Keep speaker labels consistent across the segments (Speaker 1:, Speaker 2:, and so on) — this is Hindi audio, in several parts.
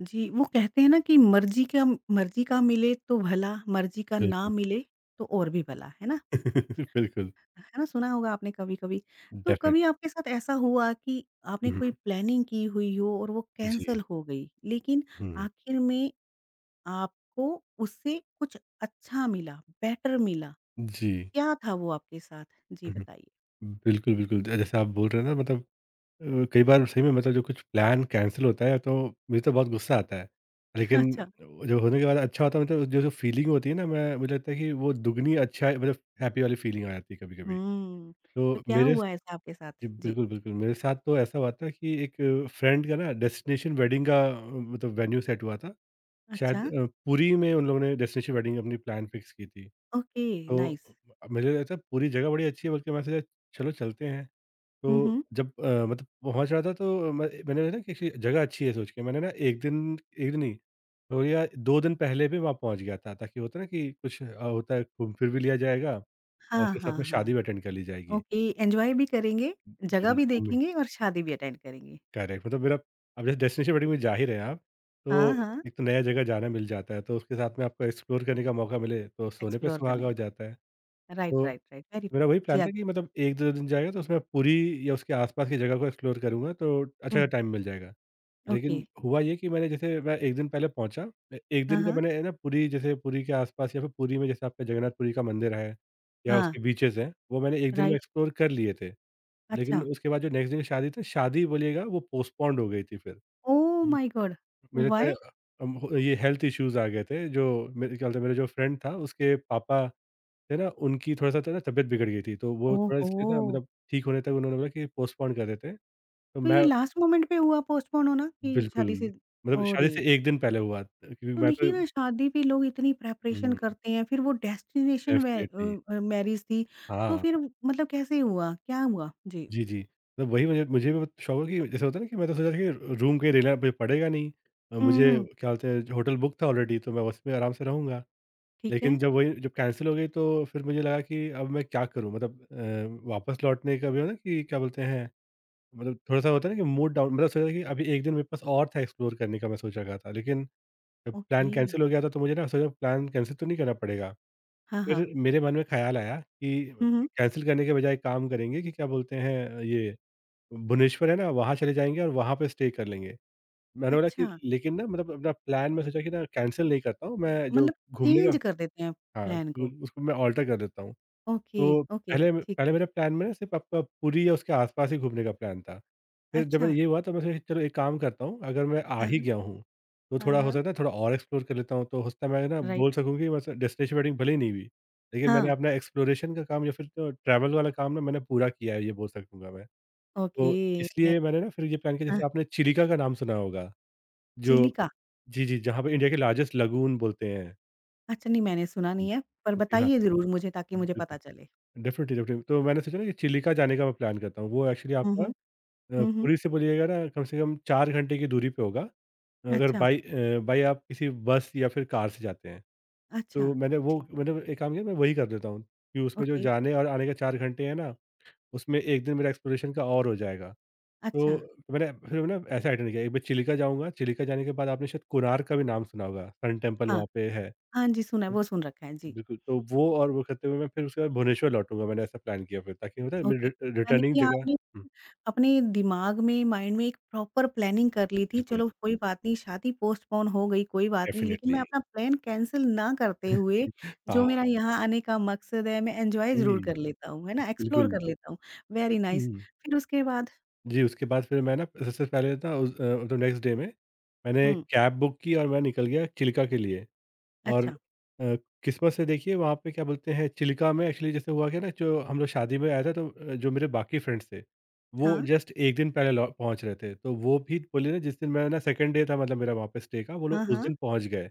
Speaker 1: जी, वो कहते हैं ना कि मर्ज़ी का मिले तो भला, मर्ज़ी का ना
Speaker 2: बिल्कुल।
Speaker 1: मिले तो और भी भला, है ना?
Speaker 2: बिल्कुल,
Speaker 1: सुना होगा आपने कभी-कभी। तो कभी
Speaker 2: डेफ़िनेटली।
Speaker 1: आपके साथ ऐसा हुआ कि आपने
Speaker 2: हुँ,
Speaker 1: कोई
Speaker 2: हुँ।
Speaker 1: प्लानिंग की हुई हो और वो
Speaker 2: जी।
Speaker 1: कैंसल हो गई, लेकिन
Speaker 2: हुँ।
Speaker 1: आखिर में आपको उससे कुछ अच्छा मिला, बेटर मिला,
Speaker 2: जी।
Speaker 1: क्या था वो आपके साथ? जी,
Speaker 2: हुँ,
Speaker 1: बताइए।
Speaker 2: हुँ। बिल्कुल, बिल्कुल। ज जैसे आप बोल रहे हैं ना मतलब कई बार सही में मतलब जो कुछ प्लान कैंसल होता है तो मुझे तो बहुत गुस्सा आता है। लेकिन
Speaker 1: अच्छा,
Speaker 2: जो होने के बाद अच्छा होता है मतलब जो जो फ़ीलिंग होती है ना मैं मुझे लगता है कि वो दुगनी अच्छा मतलब हैप्पी वाली फ़ीलिंग आ जाती है कभी-कभी।
Speaker 1: हुँ, तो
Speaker 2: तो
Speaker 1: क्या
Speaker 2: मेरे स
Speaker 1: हुआ ऐसा आपके साथ?
Speaker 2: जी
Speaker 1: जी,
Speaker 2: बिल्कुल, बिल्कुल। मेरे साथ तो ऐसा हुआ था कि एक फ्रेंड का ना डेस्टिनेशन वेडिंग का मतलब वेन्यू सेट हुआ था।
Speaker 1: अच्छा,
Speaker 2: शायद पुरी में उन लोगों ने डेस्टिनेशन वेडिंग अपनी प्लान फिक्स की थी।
Speaker 1: ओके,
Speaker 2: तो
Speaker 1: नाइस।
Speaker 2: मुझे लगता है पूरी जगह बड़ी अच्छी है, बल्कि मैं सोचा चलो चलते हैं।
Speaker 1: हुँ,
Speaker 2: तो
Speaker 1: हुँ।
Speaker 2: जब मतलब पहुँच रहा था तो मैंने ना कि जगह अच्छी है सोच के मैंने ना 1 दिन 1 दिन नहीं, हो गया 2 दिन पहले भी वहाँ पहुँच गया था, ताकि होता है ना कि कुछ होता है घूम फिर भी लिया जाएगा और
Speaker 1: हाँ,
Speaker 2: उसके साथ
Speaker 1: हाँ,
Speaker 2: में
Speaker 1: हाँ।
Speaker 2: शादी भी अटेंड कर ली जाएगी।
Speaker 1: ओके, एन्जॉय भी करेंगे, जगह भी
Speaker 2: बिल्कुल।
Speaker 1: देखेंगे और शादी भी अटेंड करेंगे।
Speaker 2: करेक्ट मतलब मेरा अब जैसे डेस्टिनेशन वेडिंग में जा ही रहे हैं आप,
Speaker 1: हाँ,
Speaker 2: तो
Speaker 1: हाँ,
Speaker 2: एक तो नया जगह जाना मिल जाता है, तो उसके साथ में आपको एक्सप्लोर करने का मौका मिले, तो सोने पे
Speaker 1: एक्सप्लोर करने
Speaker 2: सुहागा हो
Speaker 1: का।
Speaker 2: जाता है।
Speaker 1: राइट,
Speaker 2: तो
Speaker 1: राइट, राइट, वेरी ट्रू।
Speaker 2: मेरा वही
Speaker 1: जी,
Speaker 2: प्लान था
Speaker 1: आगे
Speaker 2: कि मतलब 1-2 दिन जाएगा, तो उसमें पूरी या उसके आस-पास की जगह को एक्सप्लोर करूँगा तो
Speaker 1: हुँ,
Speaker 2: अच्छा टाइम मिल जाएगा।
Speaker 1: ओके।
Speaker 2: लेकिन हुआ ये कि मैंने जैसे मैं 1 दिन पहले पहुँचा, ए 1
Speaker 1: हाँ,
Speaker 2: दिन का
Speaker 1: हाँ।
Speaker 2: मैंने है ना पुरी जैसे पुरी के आस-पास या फिर पुरी में जैसे आपका जगन्नाथ पुरी का मंदिर है या
Speaker 1: हाँ,
Speaker 2: उसके बीचेस हैं, वो मैंने 1 दिन में
Speaker 1: राइट,
Speaker 2: एक्सप्लोर कर लिए थे। लेकिन
Speaker 1: अच्छा।
Speaker 2: उसके बाद जो नेक्स्ट दिन शादी थी, शादी बोलिएगा, वो पोस्टपोन्ड हो गई थी फिर।
Speaker 1: Oh
Speaker 2: hmm,
Speaker 1: my god!
Speaker 2: मेरे तो
Speaker 1: व्हाई?
Speaker 2: हो ये हेल्थ इश्यूज़ आ गए थे, जो मेरे क्या बोलते हैं, मेरा जो फ्रेंड था, उसके पापा थे ना, उनकी थोड़ा-सा था ना तबीयत बिगड़ गई थी, तो वो थोड़ा
Speaker 1: ओहो!
Speaker 2: इसलिए ना मतलब ठीक होने तक उन्होंने बोला कि पोस्टपोन कर देते हैं। तो
Speaker 1: तो ये
Speaker 2: मैं
Speaker 1: लास्ट मोमेंट पे हुआ पोस्टपोन होना कि
Speaker 2: बिल्कुल,
Speaker 1: शादी से
Speaker 2: मतलब शादी
Speaker 1: अरे!
Speaker 2: से 1 दिन पहले हुआ क्योंकि
Speaker 1: तो
Speaker 2: मैं
Speaker 1: देखिए
Speaker 2: तो।
Speaker 1: ना शादी पे लोग इतनी प्रिपरेशन
Speaker 2: हुँ,
Speaker 1: करते हैं, फिर वो डेस्टिनेशन
Speaker 2: डेफ़िनिटली।
Speaker 1: मैरिज थी, तो
Speaker 2: हाँ,
Speaker 1: फिर मतलब कैसे हुआ? क्या हुआ? जी।
Speaker 2: जी, जी। तो वही मुझे मुझे भी बहुत शौक है कि जैसे होता है ना कि मैं तो सोचा था कि रूम कहीं लेना मुझे पड़ेगा नहीं।
Speaker 1: हुँ,
Speaker 2: मुझे
Speaker 1: हुँ,
Speaker 2: क्या बोलते हैं, होटल बुक था ऑलरेडी, तो मैं उसमें आराम से रहूँगा।
Speaker 1: ठीक है,
Speaker 2: लेकिन जब वही जब कैंसल हो गई तो फिर मुझे लगा कि अब मैं क्या करूँ? मतलब वापस लौटने का भी हो ना कि क्या बोलते हैं, मतलब थोड़ा-सा होता है ना कि मूड डाउन, मतलब सोचा कि अभी 1 दिन मेरे पास और था एक्सप्लोर करने का, मैं सोच रखा था। लेकिन जब
Speaker 1: ओके।
Speaker 2: प्लान कैंसल हो गया था तो मुझे ना सोचा प्लान कैंसल तो नहीं करना पड़ेगा।
Speaker 1: हाँ,
Speaker 2: फिर
Speaker 1: हाँ।
Speaker 2: मेरे मन में ख़्याल आया कि
Speaker 1: हुँ, हुँ।
Speaker 2: कैंसल करने के बजाय काम करेंगे कि क्या बोलते हैं ये भुवनेश्वर है ना, वहाँ चले जाएँगे और वहाँ पे स्टे कर लेंगे। मैंने बोला कि
Speaker 1: अच्छा,
Speaker 2: लेकिन ना मतलब अपना प्लान मैं सोचा कि ना कैंसल नहीं करता हूँ, मैं जो
Speaker 1: मतलब
Speaker 2: घूमने
Speaker 1: चेंज
Speaker 2: का,
Speaker 1: कर देते हैं
Speaker 2: हाँ,
Speaker 1: प्लान को।
Speaker 2: तो उसको मैं अल्टर कर देता हूँ।
Speaker 1: ओके,
Speaker 2: तो
Speaker 1: ओके, ठीक
Speaker 2: पहले
Speaker 1: है।
Speaker 2: मेरे प्लान में ना सिर्फ़ आपका पुरी या उसके आस-पास ही घूमने का प्लान था। फिर जब
Speaker 1: अच्छा।
Speaker 2: ये हुआ तो मैं सोचा कि चलो एक काम करता हूँ, अगर मैं आ
Speaker 1: हाँ,
Speaker 2: ही
Speaker 1: हाँ।
Speaker 2: गया हूँ, तो
Speaker 1: हाँ,
Speaker 2: थोड़ा हो
Speaker 1: हाँ।
Speaker 2: सकता है थोड़ा और एक्सप्लोर कर लेता हूँ। तो हो सकता है मैं ना
Speaker 1: राइट।
Speaker 2: बोल सकूँ कि बस डेस्टिनेशन वेडिंग भले ही नहीं हुई, लेकिन
Speaker 1: हाँ,
Speaker 2: मैंने अपना एक्सप्लोरेशन का काम या फिर तो ट्रैवल वाला काम ना मैंने पूरा किया है, ये बोल सकूँगा मैं।
Speaker 1: ओके
Speaker 2: तो
Speaker 1: वे
Speaker 2: इसलिए मैंने ना फिर ये प्लान किया,
Speaker 1: हाँ,
Speaker 2: जैसे आपने चिलिका का नाम सुना होगा, जो
Speaker 1: चिलिका।
Speaker 2: जी, जी, जहाँ पे इंडिया के लार्जेस्ट लगून बोलते हैं।
Speaker 1: अच्छा नहीं मैंने सुना
Speaker 2: हुँ।
Speaker 1: नहीं है, पर
Speaker 2: जी, हाँ।
Speaker 1: बताइए ज़रूर मुझे ताकि
Speaker 2: हुँ।
Speaker 1: मुझे पता चले।
Speaker 2: Definitely, definitely. तो मैंने सोचा ना कि चिलिका जाने का मैं प्लान करता हूँ। वो एक्चुअली
Speaker 1: हुँ,
Speaker 2: आपका
Speaker 1: हुँ। हुँ, हुँ।
Speaker 2: पुरी से बोलिएगा ना कम से कम 4 घंटे की दूरी पे होगा। अगर
Speaker 1: अच्छा,
Speaker 2: बाई आप किसी बस या फिर कार से जाते हैं।
Speaker 1: अच्छा,
Speaker 2: तो मैंने वो
Speaker 1: ठीक है।
Speaker 2: मतलब एक काम किया, मैं वही कर देता हूँ कि उसमें जो
Speaker 1: ओके,
Speaker 2: जाने और आने का 4 घंटे हैं ना, उसमें 1 दिन मेरा एक्सप्लोरेशन का और हो जाएगा।
Speaker 1: अच्छा।
Speaker 2: तो मैंने फिर ना ऐसा आइटनरी किया एक बार चिलिका जाऊँगा, चिलिका जाने के बाद आपने शायद कोणार्क का भी नाम सुना होगा, सन टेम्पल
Speaker 1: हाँ,
Speaker 2: वहाँ पे है।
Speaker 1: हाँ जी, सुना है, वो सुन रखा है। जी,
Speaker 2: बिल्कुल, तो वो और वो करते हुए मैं फिर उसके बाद भुवनेश्वर लौटूँगा, मैंने ऐसा प्लान किया फिर ताकि होता है मेरी
Speaker 1: ओके।
Speaker 2: रि
Speaker 1: यानी
Speaker 2: रिटर्निंग
Speaker 1: कि
Speaker 2: जगह।
Speaker 1: आपने
Speaker 2: हुँ,
Speaker 1: अपने दिमाग में, माइंड में एक प्रॉपर प्लानिंग कर ली थी,
Speaker 2: बिल्कुल,
Speaker 1: चलो कोई बात नहीं शादी पोस्टपोन हो गई, कोई बात नहीं, लेकिन
Speaker 2: डेफ़िनेटली।
Speaker 1: मैं अपना प्लान कैंसल ना करते हुए, जो
Speaker 2: हाँ,
Speaker 1: मेरा यहाँ आने का मकसद है, मैं एन्जॉय
Speaker 2: जी,
Speaker 1: ज़रूर कर लेता हूँ, है ना? एक्सप्लोर
Speaker 2: बिल्कुल।
Speaker 1: कर लेता हूँ, वेरी नाइस।
Speaker 2: हुँ,
Speaker 1: फिर उसके बाद
Speaker 2: जी, उसके बाद फिर मैं ना सबसे पहले ना उस मतलब नेक्स्ट डे में मैंने
Speaker 1: हुँ,
Speaker 2: कैब बुक की और मैं निकल गया चिल्का के लिए। और
Speaker 1: अच्छा,
Speaker 2: अ, किस्मत से देखिए वहाँ पे क्या बोलते हैं चिल्का में एक्चुअली जैसे हुआ क्या ना, जो हम लोग शादी में आया था, तो जो मेरे बाकी फ्रेंड्स थे वो
Speaker 1: हाँ,
Speaker 2: जस्ट एक दिन पहले पहुँच रहे थे, तो वो भी बोले ना जिस दिन मैं ना सेकंड डे था मतलब मेरा वहाँ पे स्टे का, वो लोग
Speaker 1: हाँ,
Speaker 2: उस
Speaker 1: हाँ,
Speaker 2: दिन पहुँच गए।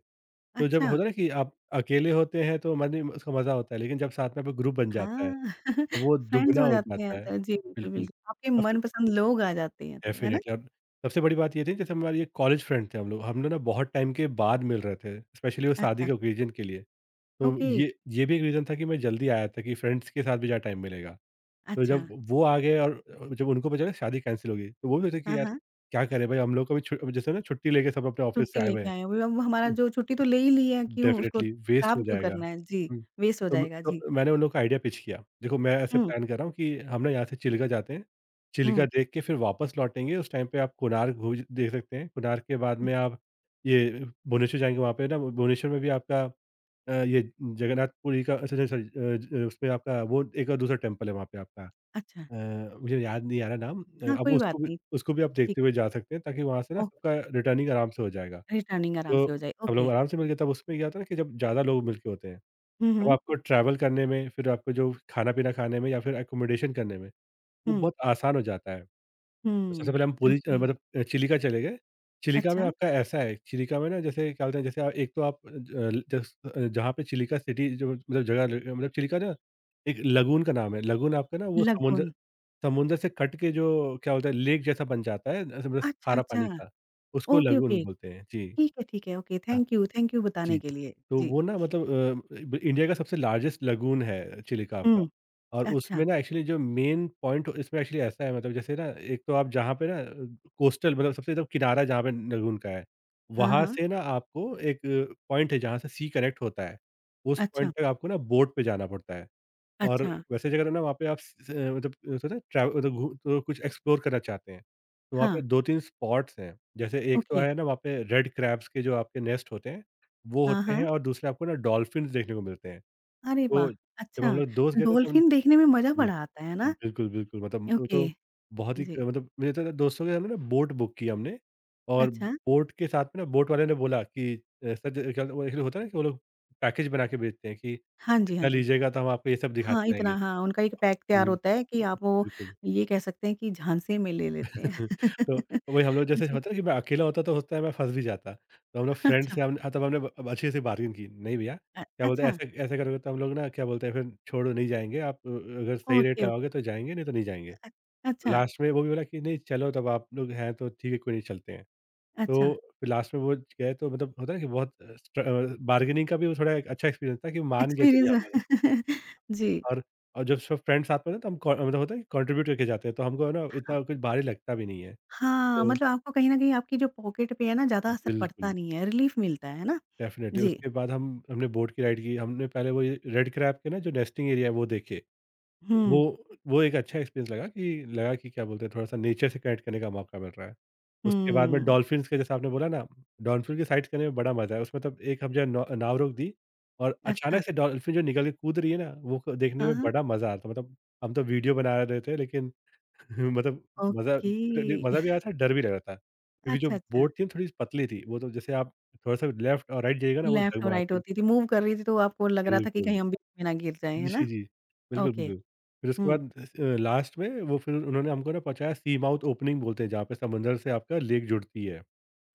Speaker 2: तो जब
Speaker 1: अच्छा,
Speaker 2: होता है ना कि आप अकेले होते हैं तो मन उसका मज़ा होता है, लेकिन जब साथ में ग्रुप बन जाता है
Speaker 1: हाँ,
Speaker 2: तो वो
Speaker 1: फ्रेंड्स
Speaker 2: दुगना
Speaker 1: हो
Speaker 2: हो
Speaker 1: जाते
Speaker 2: जाता
Speaker 1: हैं
Speaker 2: है।
Speaker 1: तो जी, बिल्कुल,
Speaker 2: बिल्कुल।
Speaker 1: बिल्कुल, आपके
Speaker 2: और फिर
Speaker 1: मनपसंद लोग आ जाते हैं तो, है ना?
Speaker 2: डेफिनेटली, और सबसे बड़ी बात ये थी जैसे हमारे ये कॉलेज फ्रेंड थे, हम लोग ना बहुत टाइम के बाद मिल रहे थे, स्पेशली वो शादी
Speaker 1: अच्छा,
Speaker 2: के ओकेजन के लिए। तो
Speaker 1: ओके,
Speaker 2: ये भी एक रीज़न था कि मैं जल्दी आया था कि फ्रेंड्स के साथ भी ज़्यादा टाइम मिलेगा। तो
Speaker 1: अच्छा,
Speaker 2: जब वो आ गए और जब उनको पता चला शादी कैंसल हो गई, तो वो भी सोचे कि
Speaker 1: हाँ,
Speaker 2: यार
Speaker 1: हाँ।
Speaker 2: क्या करें भाई, हम लोग को भी छु जैसे ना छुट्टी लेके सब अपने ऑफ़िस से
Speaker 1: छुट्टी
Speaker 2: आए हुए
Speaker 1: लेके
Speaker 2: हैं।
Speaker 1: आए हैं। वो अब हमारा जो छुट्टी तो ले ही ली है, क्यों उसको
Speaker 2: डेफ़िनिटली वेस्ट हो
Speaker 1: खराब क्यों
Speaker 2: जाएगा।
Speaker 1: करना है? जी,
Speaker 2: हुँ,
Speaker 1: वेस्ट हो
Speaker 2: तो म
Speaker 1: जाएगा।
Speaker 2: तो
Speaker 1: जी।
Speaker 2: मैंने उन लोगों का आइडिया पिच किया। देखो मैं ऐसे
Speaker 1: हुँ,
Speaker 2: प्लान कर रहा हूँ कि हम ना यहाँ से चिल्का जाते हैं। चिल्का
Speaker 1: हुँ,
Speaker 2: देख के फिर वापस लौटेंगे, उस टाइम पे आप कोणार्क घू देख सकते हैं। कोणार्क के बाद
Speaker 1: हुँ।
Speaker 2: में आप ये भुवनेश्वर जाएँगे, वहाँ पे ना भुवनेश्वर में भी आपका ये जगन्नाथपुरी का अच्छा, अच्छा सॉरी ज उसमें आपका वो एक और दूसरा टेम्पल है वहाँ पे आपका
Speaker 1: अच्छा,
Speaker 2: अ, मुझे याद नहीं आ रहा नाम
Speaker 1: हाँ,
Speaker 2: अब
Speaker 1: कोई बात
Speaker 2: उसको भी
Speaker 1: नहीं,
Speaker 2: उसको भी आप
Speaker 1: ठीक
Speaker 2: देखते हुए
Speaker 1: है।
Speaker 2: जा सकते हैं ताकि वहाँ से ना
Speaker 1: ओके,
Speaker 2: सबका रिटर्निंग आराम से हो जाएगा।
Speaker 1: रिटर्निंग आराम
Speaker 2: तो
Speaker 1: से हो जाए।
Speaker 2: हम लोग
Speaker 1: ओके।
Speaker 2: आराम से मिल गए तब उसमें क्या होता है ना कि जब ज़्यादा लोग मिल के होते हैं,
Speaker 1: हुँ,
Speaker 2: तब
Speaker 1: हुँ,
Speaker 2: आपको ट्रैवल करने में, फिर आपको जो खाना-पीना खाने में या फिर एकोमोडेशन करने में, वो
Speaker 1: हुँ,
Speaker 2: बहुत आसान हो जाता है। तो
Speaker 1: हुँ।
Speaker 2: सबसे पहले हम पूरी
Speaker 1: ओके,
Speaker 2: मतलब चिलिका चले गए। चिलिका में
Speaker 1: अच्छा,
Speaker 2: आपका ऐसा है, चिलिका में ना जैसे क्या बोलते हैं, जैसे आप एक तो आप जहाँ पे चिलिका सिटी जो मतलब जगह ल मतलब चिलिका ना एक लगून का नाम है। लगून आपका ना वो समुंदर,
Speaker 1: लगुन।
Speaker 2: समुंदर से कट के जो क्या बोलते हैं लेक जैसा बन जाता है, ऐसे मतलब
Speaker 1: अच्छा,
Speaker 2: खारा
Speaker 1: अच्छा।
Speaker 2: पानी का, उसको
Speaker 1: ओके,
Speaker 2: लगून
Speaker 1: ओके।
Speaker 2: बोलते हैं। जी।
Speaker 1: ठीक है, ठीक है। ओके,
Speaker 2: हाँ।
Speaker 1: थैंक यू
Speaker 2: जी,
Speaker 1: बताने के
Speaker 2: जी।
Speaker 1: लिए।
Speaker 2: तो
Speaker 1: जी।
Speaker 2: वो ना मतलब ब इंडिया का सबसे लार्जेस्ट लगून है चिलिकाप का।
Speaker 1: हुँ,
Speaker 2: और
Speaker 1: अच्छा।
Speaker 2: उसमें ना एक्चुअली जो मेन पॉइंट इसमें एक्चुअली ऐसा है मतलब जैसे ना एक तो आप जहाँ पे ना कोस्टल मतलब सबसे एकदम किनारा जहाँ पे लगून का है,
Speaker 1: हाँ,
Speaker 2: वहाँ
Speaker 1: हाँ।
Speaker 2: से ना आपको एक पॉइंट है जहाँ से सी कनेक्ट होता है। उस
Speaker 1: अच्छा,
Speaker 2: पॉइंट तक आपको ना बोट पे जाना पड़ता है। और
Speaker 1: अच्छा।
Speaker 2: वैसे जगह ना वहाँ पे आप मतलब होता है ना ट्रैव मतलब घू तो कुछ एक्सप्लोर करना चाहते हैं, तो वहाँ
Speaker 1: हाँ,
Speaker 2: पे 2-3 स्पॉट्स हैं। जैसे एक तो
Speaker 1: ओके।
Speaker 2: है ना वहाँ पे रेड क्रैब्स के जो आपके नेस्ट होते हैं, वो
Speaker 1: हाँ,
Speaker 2: होते
Speaker 1: हाँ।
Speaker 2: हैं, और दूसरे आपको ना डॉल्फिन्स देखने को मिलते हैं।
Speaker 1: अरे वाह!
Speaker 2: तो जब
Speaker 1: अच्छा,
Speaker 2: हम लोग दोस्त गए थे तो हम
Speaker 1: डॉल्फिन देखने में मज़ा
Speaker 2: जी,
Speaker 1: बड़ा आता है ना?
Speaker 2: बिल्कुल, बिल्कुल मतलब वो
Speaker 1: ओके,
Speaker 2: तो बहुत ही क
Speaker 1: जी।
Speaker 2: मतलब मुझे तो ना दोस्तों के साथ में ना बोट बुक की हमने। और
Speaker 1: अच्छा।
Speaker 2: बोट के साथ में ना बोट वाले ने बोला कि सर ज क्या वो एक्चुअली होता है ना कि वो लोग पैकेज बना के बेचते हैं कि
Speaker 1: हाँ जी, हाँ
Speaker 2: इतना
Speaker 1: जी।
Speaker 2: लीजिएगा तो हम आपको ये सब दिखा
Speaker 1: हाँ,
Speaker 2: के लाएँगे।
Speaker 1: इतना हाँ, उनका एक पैक तैयार
Speaker 2: हुँ।
Speaker 1: होता है कि आप वो
Speaker 2: बिल्कुल।
Speaker 1: ये कह सकते हैं कि झांसे में ले लेते हैं।
Speaker 2: तो वही हम लोग, जैसे
Speaker 1: जी,
Speaker 2: होता है कि मैं अकेला होता तो होता है मैं फँस भी जाता। तो हम लोग फ्रेंड
Speaker 1: अच्छा।
Speaker 2: से हम हाँ, तब हमने अब अच्छे से बार्गिन की, नहीं भैया क्या बोलते हैं
Speaker 1: अच्छा,
Speaker 2: ऐसे ऐसे करोगे तो हम लोग ना क्या बोलते हैं फिर छोड़ो नहीं जाएँगे आप, अगर सही रेट
Speaker 1: ओके, ओके।
Speaker 2: लगाओगे तो जाएँगे नहीं तो नहीं जाएँगे।
Speaker 1: अ,
Speaker 2: तो
Speaker 1: अच्छा,
Speaker 2: लास्ट में वो भी बोला कि नहीं, चलो, तब आप लोग हैं तो ठीक है, कोई नहीं, चलते हैं।
Speaker 1: अच्छा।
Speaker 2: तो फिर लास्ट में वो गए तो मतलब होता है ना कि बहुत बार्गेनिंग का भी वो थोड़ा एक अच्छा एक्सपीरियंस था कि मान गए, चलिए हमारा।
Speaker 1: एक्सपीरियंस जी,
Speaker 2: और और जब सब फ्रेंड्स साथ में ना तो हम कॉ मतलब होता है कंट्रीब्यूट करके जाते हैं, तो हमको है ना
Speaker 1: हाँ।
Speaker 2: इतना कुछ भारी लगता भी नहीं है।
Speaker 1: हाँ,
Speaker 2: तो
Speaker 1: मतलब आपको कहीं न कहीं आपकी जो पॉकेट पे है ना, ज़्यादा असर पड़ता
Speaker 2: बिल्कुल,
Speaker 1: नहीं है, रिलीफ़ मिलता है ना?
Speaker 2: डेफ़िनेटली
Speaker 1: जी।
Speaker 2: उसके बाद हम हमने बोट की राइड की, हमने पहले वो ये रेड क्रैब के ना जो नेस्टिंग एरिया है वो देखे। वो
Speaker 1: हुँ,
Speaker 2: वो एक अच्छा एक्सपीरियंस लगा कि क्या बोलते हैं, थोड़ा-सा नेचर से कनेक्ट करने का मौका मिल रहा है। उसके बाद में
Speaker 1: हुँ।
Speaker 2: डॉल्फ़िन्स के, जैसा आपने बोला ना, डॉल्फ़िन की साइट्स करने में बड़ा मज़ा है। उसमें तब एक हम जो है नौ नाव रोक दी, और
Speaker 1: अच्छा।
Speaker 2: अचानक से डॉल्फ़िन जो निकल के कूद रही है ना, वो क देखने
Speaker 1: हाँ,
Speaker 2: में
Speaker 1: हाँ।
Speaker 2: बड़ा मज़ा आता है। मतलब, हम तो वीडियो बना रहे थे, लेकिन मतलब मज़ा
Speaker 1: ओके।
Speaker 2: मज़ा भी आया था, डर भी लग रहा था। क्योंकि जो
Speaker 1: अच्छा, अच्छा।
Speaker 2: बोट थी ना थोड़ी-सी पतली थी, वो तो जैसे आप थोड़ा-सा लेफ्ट और राइट जाइएगा ना वो
Speaker 1: लेफ्ट और राइट
Speaker 2: डगमगाती।
Speaker 1: होती थी, मूव कर रही थी तो आपको लग रहा था कि
Speaker 2: बिल्कुल।
Speaker 1: कहीं हम बीच में ना गिर जाएँ, है ना?
Speaker 2: जी, जी। बिल्कुल,
Speaker 1: ओके,
Speaker 2: बिल्कुल। फिर उसके
Speaker 1: हुँ,
Speaker 2: बाद लास्ट में वो, फिर उन्होंने हमको ना पहुँचाया, सी माउथ ओपनिंग बोलते हैं, जहाँ पे समंदर से आपका लेक जुड़ती है।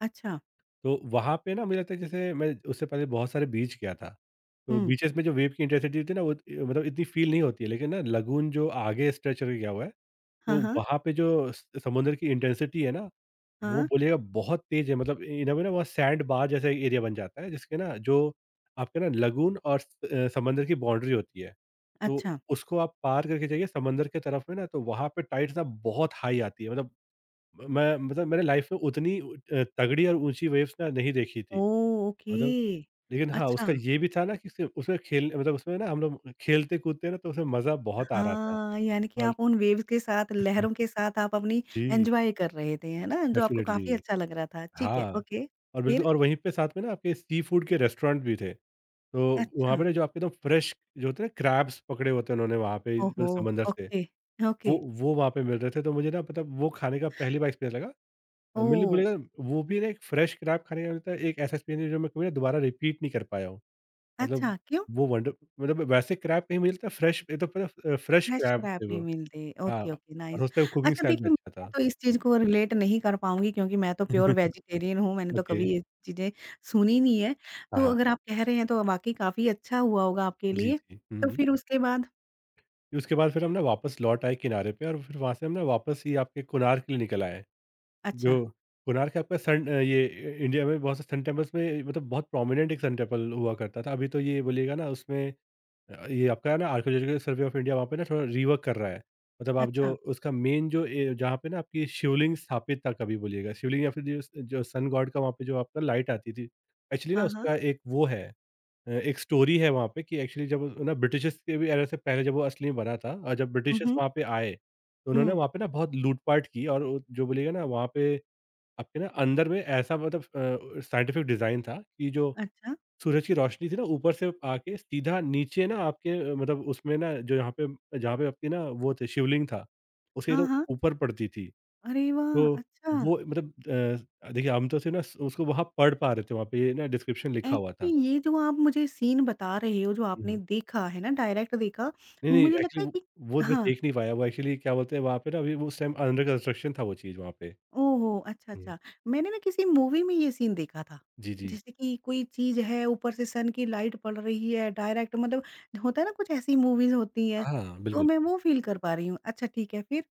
Speaker 1: अच्छा,
Speaker 2: तो वहाँ पे ना मुझे लगता है जैसे मैं उससे पहले बहुत सारे बीच गया था। तो
Speaker 1: हुँ,
Speaker 2: बीचेज़ में जो वेव की इंटेंसिटी होती है ना वो मतलब इतनी फ़ील नहीं होती है, लेकिन ना लगून जो आगे स्ट्रेच होके गया हुआ है,
Speaker 1: हाँ,
Speaker 2: तो
Speaker 1: हाँ,
Speaker 2: वहाँ पे जो स समुद्र की इंटेंसिटी है ना वो
Speaker 1: हाँ,
Speaker 2: बोलिएगा बहुत तेज़ है, मतलब वे ना वो सैंड बार जैसा एरिया बन जाता है जिसके ना जो आपके ना लगून और समंदर की बाउंड्री होती है। तो
Speaker 1: अच्छा,
Speaker 2: उसको आप पार करके जाइए समंदर की तरफ में ना, तो वहाँ पे टाइड्स ना बहुत हाई आती है, मतलब मैं मतलब मैंने लाइफ़ में उतनी तगड़ी और ऊँची वेव्स ना नहीं देखी थी।
Speaker 1: ओह! ओके,
Speaker 2: मतलब, लेकिन हाँ,
Speaker 1: अच्छा,
Speaker 2: उसका ये भी था ना कि सिर्फ़ उसमें खेल मतलब उसमें ना हम लोग खेलते-कूदते ना तो उसमें मज़ा बहुत आ रहा था,
Speaker 1: हाँ, यानी कि
Speaker 2: और
Speaker 1: आप उन वेव्स के साथ, लहरों के साथ आप अपनी
Speaker 2: जी,
Speaker 1: एन्जॉय कर रहे थे, है ना? जो आपको काफ़ी
Speaker 2: डेफ़िनेटली।
Speaker 1: अच्छा लग रहा था, ठीक है,
Speaker 2: हाँ।
Speaker 1: ओके,
Speaker 2: और बिल्कुल,
Speaker 1: फिर?
Speaker 2: और वहीं पे साथ में ना आपके सी फूड के रेस्टोरेंट भी थे। तो वहाँ
Speaker 1: अच्छा,
Speaker 2: पे ना जो आपके एकदम फ्रेश जो होते हैं ना क्रैब्स पकड़े होते हैं, उन्होंने वहाँ पे, मतलब
Speaker 1: ओहो!
Speaker 2: समंदर से,
Speaker 1: ओके, ओके,
Speaker 2: वो वहाँ पे मिल रहे थे। तो मुझे ना मतलब वो खाने का पहली बार एक्सपीरियंस लगा। मैंने
Speaker 1: ओह!
Speaker 2: बोलेगा, वो भी ना एक फ्रेश क्रैब खाने का मिलता है, एक ऐसा एक्सपीरियंस है जो मैं कभी ना दोबारा रिपीट नहीं कर पाया हूँ। मतलब
Speaker 1: अच्छा, क्यों?
Speaker 2: वो वंडर मतलब वैसे क्रैब कहीं मुझे लगता है फ्रेश, ये तो पूरा फ्रेश
Speaker 1: फ्रेश
Speaker 2: क्रैब
Speaker 1: क्रैब
Speaker 2: थे
Speaker 1: नहीं
Speaker 2: वो।
Speaker 1: मिलते।
Speaker 2: हाँ,
Speaker 1: ओके, ओके, नाइस।
Speaker 2: और उसका कुकिंग
Speaker 1: अच्छा
Speaker 2: स्टाइल भी
Speaker 1: देखिए,
Speaker 2: अच्छा
Speaker 1: मैं
Speaker 2: था।
Speaker 1: तो इस
Speaker 2: जी।
Speaker 1: चीज़ को रिलेट नहीं कर पाऊँगी क्योंकि मैं तो प्योर वेजिटेरियन हूँ, मैंने तो
Speaker 2: ओके।
Speaker 1: कभी ये चीज़ें सुनी नहीं है।
Speaker 2: हाँ,
Speaker 1: तो
Speaker 2: हाँ।
Speaker 1: अगर आप कह रहे हैं तो वाक़ई काफ़ी अच्छा हुआ होगा आपके
Speaker 2: जी,
Speaker 1: लिए।
Speaker 2: जी। हुँ,
Speaker 1: तो
Speaker 2: हुँ।
Speaker 1: फिर उसके बाद
Speaker 2: उसके बाद फिर हम ना वापस लौट आए किनारे पे, और फिर वहाँ से हम ना वापस ही आपके कोणार्क के लिए निकल आए।
Speaker 1: अच्छा,
Speaker 2: जो कोणार्क आपका सन ये इ इंडिया में बहुत से सन टेम्पल्स में, मतलब बहुत प्रोमिनेंट एक सन टेम्पल हुआ करता था। अभी तो ये बोलिएगा ना उसमें ये आपका ना आर्कियोलॉजिकल सर्वे ऑफ इंडिया वहाँ पे ना थोड़ा रिवर्क कर रहा है। मतलब, आप जो
Speaker 1: अच्छा,
Speaker 2: उसका मेन, जो ए जहाँ पे ना आपकी शिवलिंग स्थापित था कभी बोलिएगा, शिवलिंग, या फिर जो स जो सन गॉड का वहाँ पे जो आपका लाइट आती थी। एक्चुअली ना
Speaker 1: हाँ, हाँ।
Speaker 2: उसका एक वो है, एक स्टोरी है वहाँ पे, कि एक्चुअली जब ना ब्रिटिशर्स के भी एरा से पहले जब वो असली में बना था, और जब
Speaker 1: हुँ,
Speaker 2: ब्रिटिशर्स
Speaker 1: हुँ,
Speaker 2: वहाँ पे आए, तो उन्होंने
Speaker 1: हुँ।
Speaker 2: वहाँ पे ना बहुत लूट-पाट की, और वो जो बोलिएगा ना वहाँ पे आपके ना अंदर में ऐसा, मतलब साइंटिफिक डिज़ाइन था कि जो
Speaker 1: अच्छा,
Speaker 2: सूरज की रोशनी थी ना ऊपर से आके सीधा नीचे ना आपके मतलब उसमें ना जो यहाँ पे, जहाँ पे आपकी ना वो थे शिवलिंग था, उसके
Speaker 1: हाँ,
Speaker 2: एकदम
Speaker 1: हाँ।
Speaker 2: ऊपर पड़ती थी।
Speaker 1: अरे
Speaker 2: तो
Speaker 1: वाह! अच्छा।
Speaker 2: वो मतलब, देखिए, हम तो सिर्फ़ ना उसको वहाँ पढ़ पा रहे थे, वहाँ पे ये ना डिस्क्रिप्शन लिखा हुआ था।
Speaker 1: एक्चुअली ये जो आप मुझे सीन बता रहे हो, जो आपने
Speaker 2: हुँ।
Speaker 1: देखा है ना, डायरेक्ट देखा,
Speaker 2: नहीं, नहीं,
Speaker 1: मुझे लगता है
Speaker 2: एक्चुअली वो
Speaker 1: कि
Speaker 2: वो मैं
Speaker 1: हाँ।
Speaker 2: देख नहीं पाया, वो एक्चुअली क्या बोलते हैं, वहाँ पे ना अभी वो उस टाइम अंडर कंस्ट्रक्शन था वो चीज़ वहाँ पे।
Speaker 1: ओहो! अच्छा,
Speaker 2: हुँ,
Speaker 1: अच्छा। मैंने ना किसी मूवी में ये सीन देखा था।
Speaker 2: जी, जी।
Speaker 1: जैसे कि कोई चीज़ है, ऊपर से सन की लाइट पड़ रही है, डायरेक्ट मतलब होता है ना कुछ ऐसी मूवीज़ होती हैं,
Speaker 2: हाँ,
Speaker 1: तो
Speaker 2: बिल्कुल।
Speaker 1: मैं वो फ़ील कर पा रही हूँ। अच्छा ठीक है फिर?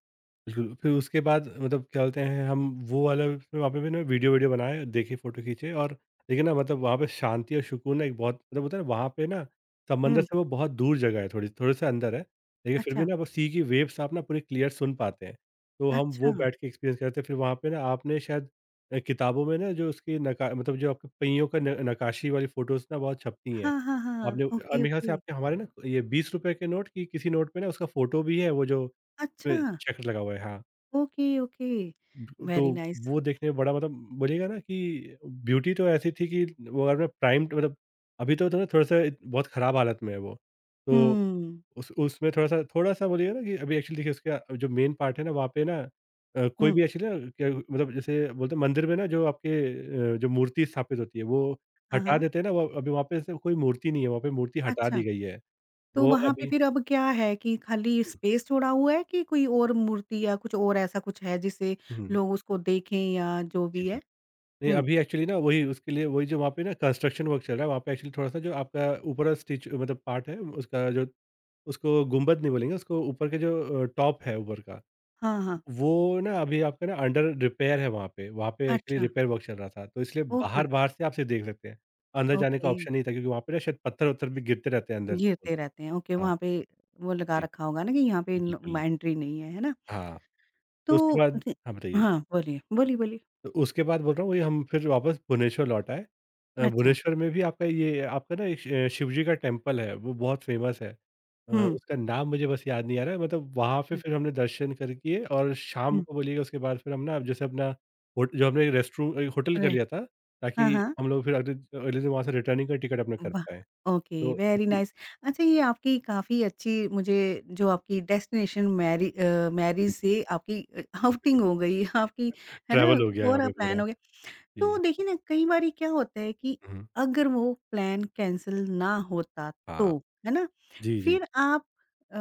Speaker 2: बिल्कुल, फिर उसके बाद मतलब क्या बोलते हैं, हम वो वाला फिर वहाँ पे भी ना वीडियो-वीडियो बनाए, देखे, फ़ोटो खींचे, और देखिए ना मतलब वहाँ पे शांति और सुकून ना एक बहुत मतलब होता है ना, वहाँ पे ना समंदर
Speaker 1: हुँ,
Speaker 2: से वो बहुत दूर जगह है, थोड़ी थोड़े से अंदर है। लेकिन फिर भी
Speaker 1: अच्छा,
Speaker 2: ना वो सी की वेव्स आप ना पूरी क्लियर सुन पाते हैं। तो हम
Speaker 1: अच्छा।
Speaker 2: वो बैठ के एक्सपीरियंस करते हैं। फिर वहाँ पे ना आपने शायद किताबों में ना जो उसकी नका मतलब, जो आपके पहियों का न नक्काशी वाली फ़ोटोज़ ना बहुत छपती हैं।
Speaker 1: हाँ, हाँ, हाँ।
Speaker 2: आपने
Speaker 1: ओके,
Speaker 2: मेरे ख़्याल से
Speaker 1: ओके।
Speaker 2: आपके हमारे ना ये ₹20 के नोट की, किसी नोट पे ना उसका फ़ोटो भी है, वो जो अ,
Speaker 1: अच्छा,
Speaker 2: चक्र लगा हुआ है। हाँ।
Speaker 1: Okay, okay.
Speaker 2: तो
Speaker 1: वेरी नाइस।
Speaker 2: वो देखने में बड़ा, मतलब बोलिएगा ना कि ब्यूटी तो ऐसी थी कि वो, अगर मैं प्राइम मतलब, अभी तो थोड़ा थोड़ा सा बहुत ख़राब हालत में है वो। तो
Speaker 1: हुँ,
Speaker 2: उस उसमें थोड़ा-सा थोड़ा-सा बोलिएगा ना कि अभी एक्चुअली देखिए उसका जो मेन पार्ट है ना, वहाँ पे ना कोई
Speaker 1: हुँ।
Speaker 2: भी एक्चुअली ना, क्या मतलब, जैसे बोलते हैं मंदिर में ना जो आपके जो मूर्ति स्थापित होती है वो
Speaker 1: हाँ,
Speaker 2: हटा
Speaker 1: हाँ।
Speaker 2: देते हैं ना, वो अभी वहाँ पे से कोई मूर्ति नहीं है, वहाँ पे मूर्ति हटा दी
Speaker 1: अच्छा।
Speaker 2: गई है।
Speaker 1: तो
Speaker 2: वो
Speaker 1: वहाँ पे
Speaker 2: अभी,
Speaker 1: फिर अब क्या है कि खाली
Speaker 2: हुँ,
Speaker 1: स्पेस छोड़ा हुआ है कि कोई और मूर्ति या कुछ और ऐसा कुछ है जिसे
Speaker 2: हुँ।
Speaker 1: लोग उसको देखें या जो
Speaker 2: जी,
Speaker 1: भी
Speaker 2: जी।
Speaker 1: है?
Speaker 2: नहीं,
Speaker 1: हुँ।
Speaker 2: अभी एक्चुअली ना वही उसके लिए, वही जो वहाँ पे ना कंस्ट्रक्शन वर्क चल रहा है, वहाँ पे एक्चुअली थोड़ा-सा जो आपका ऊपर का स्टिच मतलब पार्ट है, उसका जो, उसको गुंबद नहीं बोलेंगे, उसको ऊपर के जो टॉप है ऊपर का,
Speaker 1: हाँ, हाँ।
Speaker 2: वो ना अभी आपका ना अंडर रिपेयर है वहाँ पे। वहाँ पे एक्चुअली
Speaker 1: अच्छा,
Speaker 2: रिपेयर वर्क चल रहा था, तो इसलिए
Speaker 1: ओके,
Speaker 2: बाहर
Speaker 1: ओके,
Speaker 2: बाहर से आप सिर्फ़ देख सकते हैं। अंदर जाने का
Speaker 1: ओके।
Speaker 2: ऑप्शन नहीं था, क्योंकि वहाँ पे ना शायद पत्थर-वत्थर भी गिरते रहते हैं अंदर से, बोल।
Speaker 1: घिरते रहते हैं, ओके
Speaker 2: हाँ
Speaker 1: वहाँ पे वो लगा
Speaker 2: जी,
Speaker 1: रखा होगा ना कि यहाँ पे न म
Speaker 2: बिल्कुल।
Speaker 1: एंट्री नहीं है, है ना?
Speaker 2: हाँ, तो
Speaker 1: तो
Speaker 2: उसके बाद, हाँ, बताइए?
Speaker 1: हाँ, बोलिए, बोलिए, बोलिए।
Speaker 2: तो उसके बाद बोल रहा हूँ, वही हम फिर वापस भुवनेश्वर लौट आए।
Speaker 1: अच्छा।
Speaker 2: भुवनेश्वर में भी आपका ना एक शिव जी का टेम्पल है, वो बहुत फ़ेमस है।
Speaker 1: हुँ।
Speaker 2: उसका नाम मुझे बस याद नहीं आ रहा है, मतलब वहाँ पे
Speaker 1: हाँ,
Speaker 2: फिर हमने दर्शन कर किए, और शाम
Speaker 1: हुँ,
Speaker 2: को बोलिएगा, उसके बाद फिर हम ना जैसे अपना होट जो हमने होटल कर
Speaker 1: अरे!
Speaker 2: लिया था,
Speaker 1: हाँ,
Speaker 2: ताकि
Speaker 1: हाँ।
Speaker 2: हम लोग फिर अगले अगले दिन वहाँ से रिटर्निंग का टिकट अपना कर
Speaker 1: वाह!
Speaker 2: पाएँ।
Speaker 1: ओके
Speaker 2: तो
Speaker 1: वेरी
Speaker 2: ये,
Speaker 1: नाइस। अच्छा ये आपकी काफ़ी अच्छी मुझे जो आपकी डेस्टिनेशन मैरिज
Speaker 2: जी,
Speaker 1: से आपकी आउटिंग हो गई आपकी है ना,
Speaker 2: ट्रैवल हो
Speaker 1: कुछ
Speaker 2: गया यहाँ
Speaker 1: और
Speaker 2: पे
Speaker 1: प्लान
Speaker 2: पूरा।
Speaker 1: हो गया। तो
Speaker 2: जी।
Speaker 1: देखिए ना कई बारी क्या होता है कि
Speaker 2: हुँ,
Speaker 1: अगर वो प्लान कैंसल ना होता तो,
Speaker 2: हाँ।
Speaker 1: है ना?
Speaker 2: जी, जी।
Speaker 1: फिर आप अ,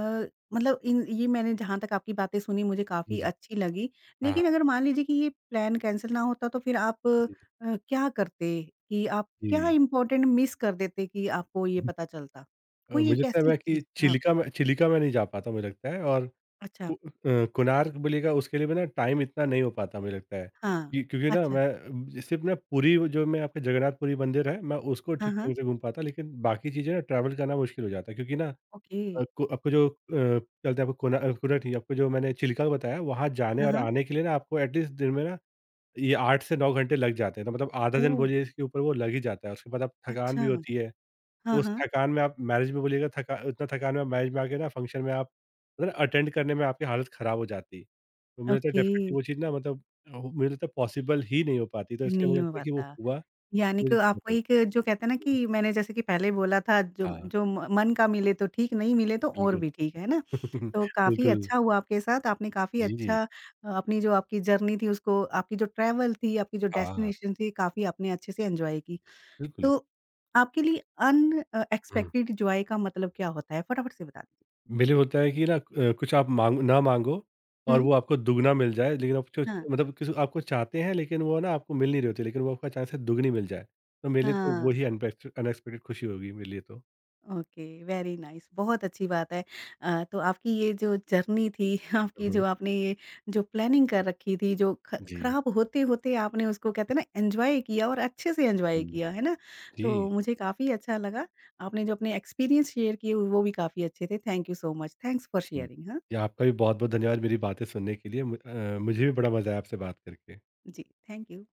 Speaker 1: मतलब इन ये मैंने जहाँ तक आपकी बातें सुनी मुझे
Speaker 2: जी,
Speaker 1: काफ़ी
Speaker 2: जी।
Speaker 1: अच्छी लगी।
Speaker 2: हाँ,
Speaker 1: लेकिन
Speaker 2: हाँ।
Speaker 1: अगर मान लीजिए कि ये प्लान कैंसल ना होता तो फिर आप
Speaker 2: जी,
Speaker 1: क्या करते? कि आप क्या
Speaker 2: जी।
Speaker 1: इम्पोर्टेंट मिस कर देते कि आपको ये पता चलता? कोई
Speaker 2: मुझे
Speaker 1: एक
Speaker 2: लगता है
Speaker 1: ऐसी
Speaker 2: मैं
Speaker 1: चीज़
Speaker 2: कि
Speaker 1: हाँ,
Speaker 2: चिलिका में नहीं जा पाता मुझे लगता है, और
Speaker 1: अच्छा।
Speaker 2: कोणार्क बोलिएगा उसके लिए भी ना टाइम इतना नहीं हो पाता मुझे लगता है।
Speaker 1: हाँ,
Speaker 2: कि क्योंकि ना
Speaker 1: अच्छा।
Speaker 2: मैं सिर्फ़ ना पुरी, जो मैं आपके जगन्नाथ पुरी मंदिर है, मैं उसको
Speaker 1: हाँ,
Speaker 2: ठीक
Speaker 1: हाँ।
Speaker 2: ढंग से घूम पाता, लेकिन बाकी चीज़ें ना ट्रैवल करना मुश्किल हो जाता है, क्योंकि ना
Speaker 1: ओके।
Speaker 2: आपको आपको जो क्या बोलते हैं, आपको कोणार्क नहीं, आपको जो मैंने चिलिका का बताया वहाँ जाने
Speaker 1: हाँ,
Speaker 2: और
Speaker 1: हाँ।
Speaker 2: आने के लिए ना आपको एटलीस्ट दिन में ना ये 8 से 9 घंटे लग जाते हैं। तो मतलब आधा दिन
Speaker 1: ओह!
Speaker 2: बोलिए इसके ऊपर वो लग ही जाता है। उसके बाद आप थकान
Speaker 1: अच्छा।
Speaker 2: भी होती है।
Speaker 1: हाँ,
Speaker 2: उस
Speaker 1: हाँ।
Speaker 2: थकान में आप मैरिज में बोलिएगा थका उतना थकान में आप मैरिज में आके ना फ़ंक्शन में आप, मतलब अटेंड करने में आपकी हालत ख़राब हो जाती। तो मुझे लगता है
Speaker 1: ओके।
Speaker 2: डेफ़िनिटली वो चीज़ ना, मतलब मुझे लगता है पॉसिबल ही नहीं हो पाती, तो इसलिए
Speaker 1: नहीं
Speaker 2: मुझे
Speaker 1: हो
Speaker 2: लगता है कि वो
Speaker 1: पाता।
Speaker 2: हुआ
Speaker 1: यानी कि
Speaker 2: मुझे तो
Speaker 1: आपको
Speaker 2: बेटर।
Speaker 1: एक जो कहते हैं ना
Speaker 2: हुँ,
Speaker 1: कि मैंने जैसे कि पहले बोला था जो
Speaker 2: हाँ,
Speaker 1: जो म मन का मिले तो ठीक नहीं मिले तो और
Speaker 2: बिल्कुल।
Speaker 1: भी ठीक, है ना? तो काफ़ी
Speaker 2: बिल्कुल।
Speaker 1: अच्छा हुआ आपके साथ, आपने काफ़ी
Speaker 2: जी, जी।
Speaker 1: अच्छा अपनी जो आपकी जर्नी थी उसको आपकी जो ट्रैवल थी, आपकी जो
Speaker 2: हाँ,
Speaker 1: डेस्टिनेशन थी काफ़ी आपने अच्छे से एन्जॉय की।
Speaker 2: बिल्कुल।
Speaker 1: तो आपके लिए
Speaker 2: हुँ।
Speaker 1: एक्सपेक्टेड जॉय का मतलब क्या होता है? फटाफट से बता दीजिए।
Speaker 2: मेरे लिए होता है कि ना कुछ आप माँग ना माँगो, और
Speaker 1: हुँ।
Speaker 2: वो आपको दुगना मिल जाए, लेकिन आप कुछ
Speaker 1: हाँ,
Speaker 2: मतलब किसी आपको चाहते हैं, लेकिन वो ना आपको मिल नहीं रही होती, लेकिन वो आपको अचानक से दुगनी मिल जाए, तो मेरे लिए तो वो
Speaker 1: हाँ।
Speaker 2: ही अनपेक्ट अनएक्सपेक्टेड खुशी होगी मेरे लिए तो।
Speaker 1: ओके, वेरी नाइस बहुत अच्छी बात है। तो आपकी ये जो जर्नी थी, आपकी
Speaker 2: हुँ,
Speaker 1: जो आपने ये जो प्लानिंग कर रखी थी, जो ख
Speaker 2: जी।
Speaker 1: खराब होते-होते आपने उसको कहते हैं ना एन्जॉय किया और अच्छे से एन्जॉय
Speaker 2: हुँ,
Speaker 1: किया, है ना? तो
Speaker 2: जी।
Speaker 1: मुझे काफ़ी अच्छा लगा। आपने जो अपने एक्सपीरियंस शेयर किए वो भी काफ़ी अच्छे थे। Thank you so much. Thanks for
Speaker 2: जी।
Speaker 1: शेयरिंग हाँ।
Speaker 2: जी, आपका भी बहुत-बहुत धन्यवाद मेरी बातें सुनने के लिए। मुझे भी बड़ा मज़ा आया आपसे बात करके।
Speaker 1: जी, थैंक यू।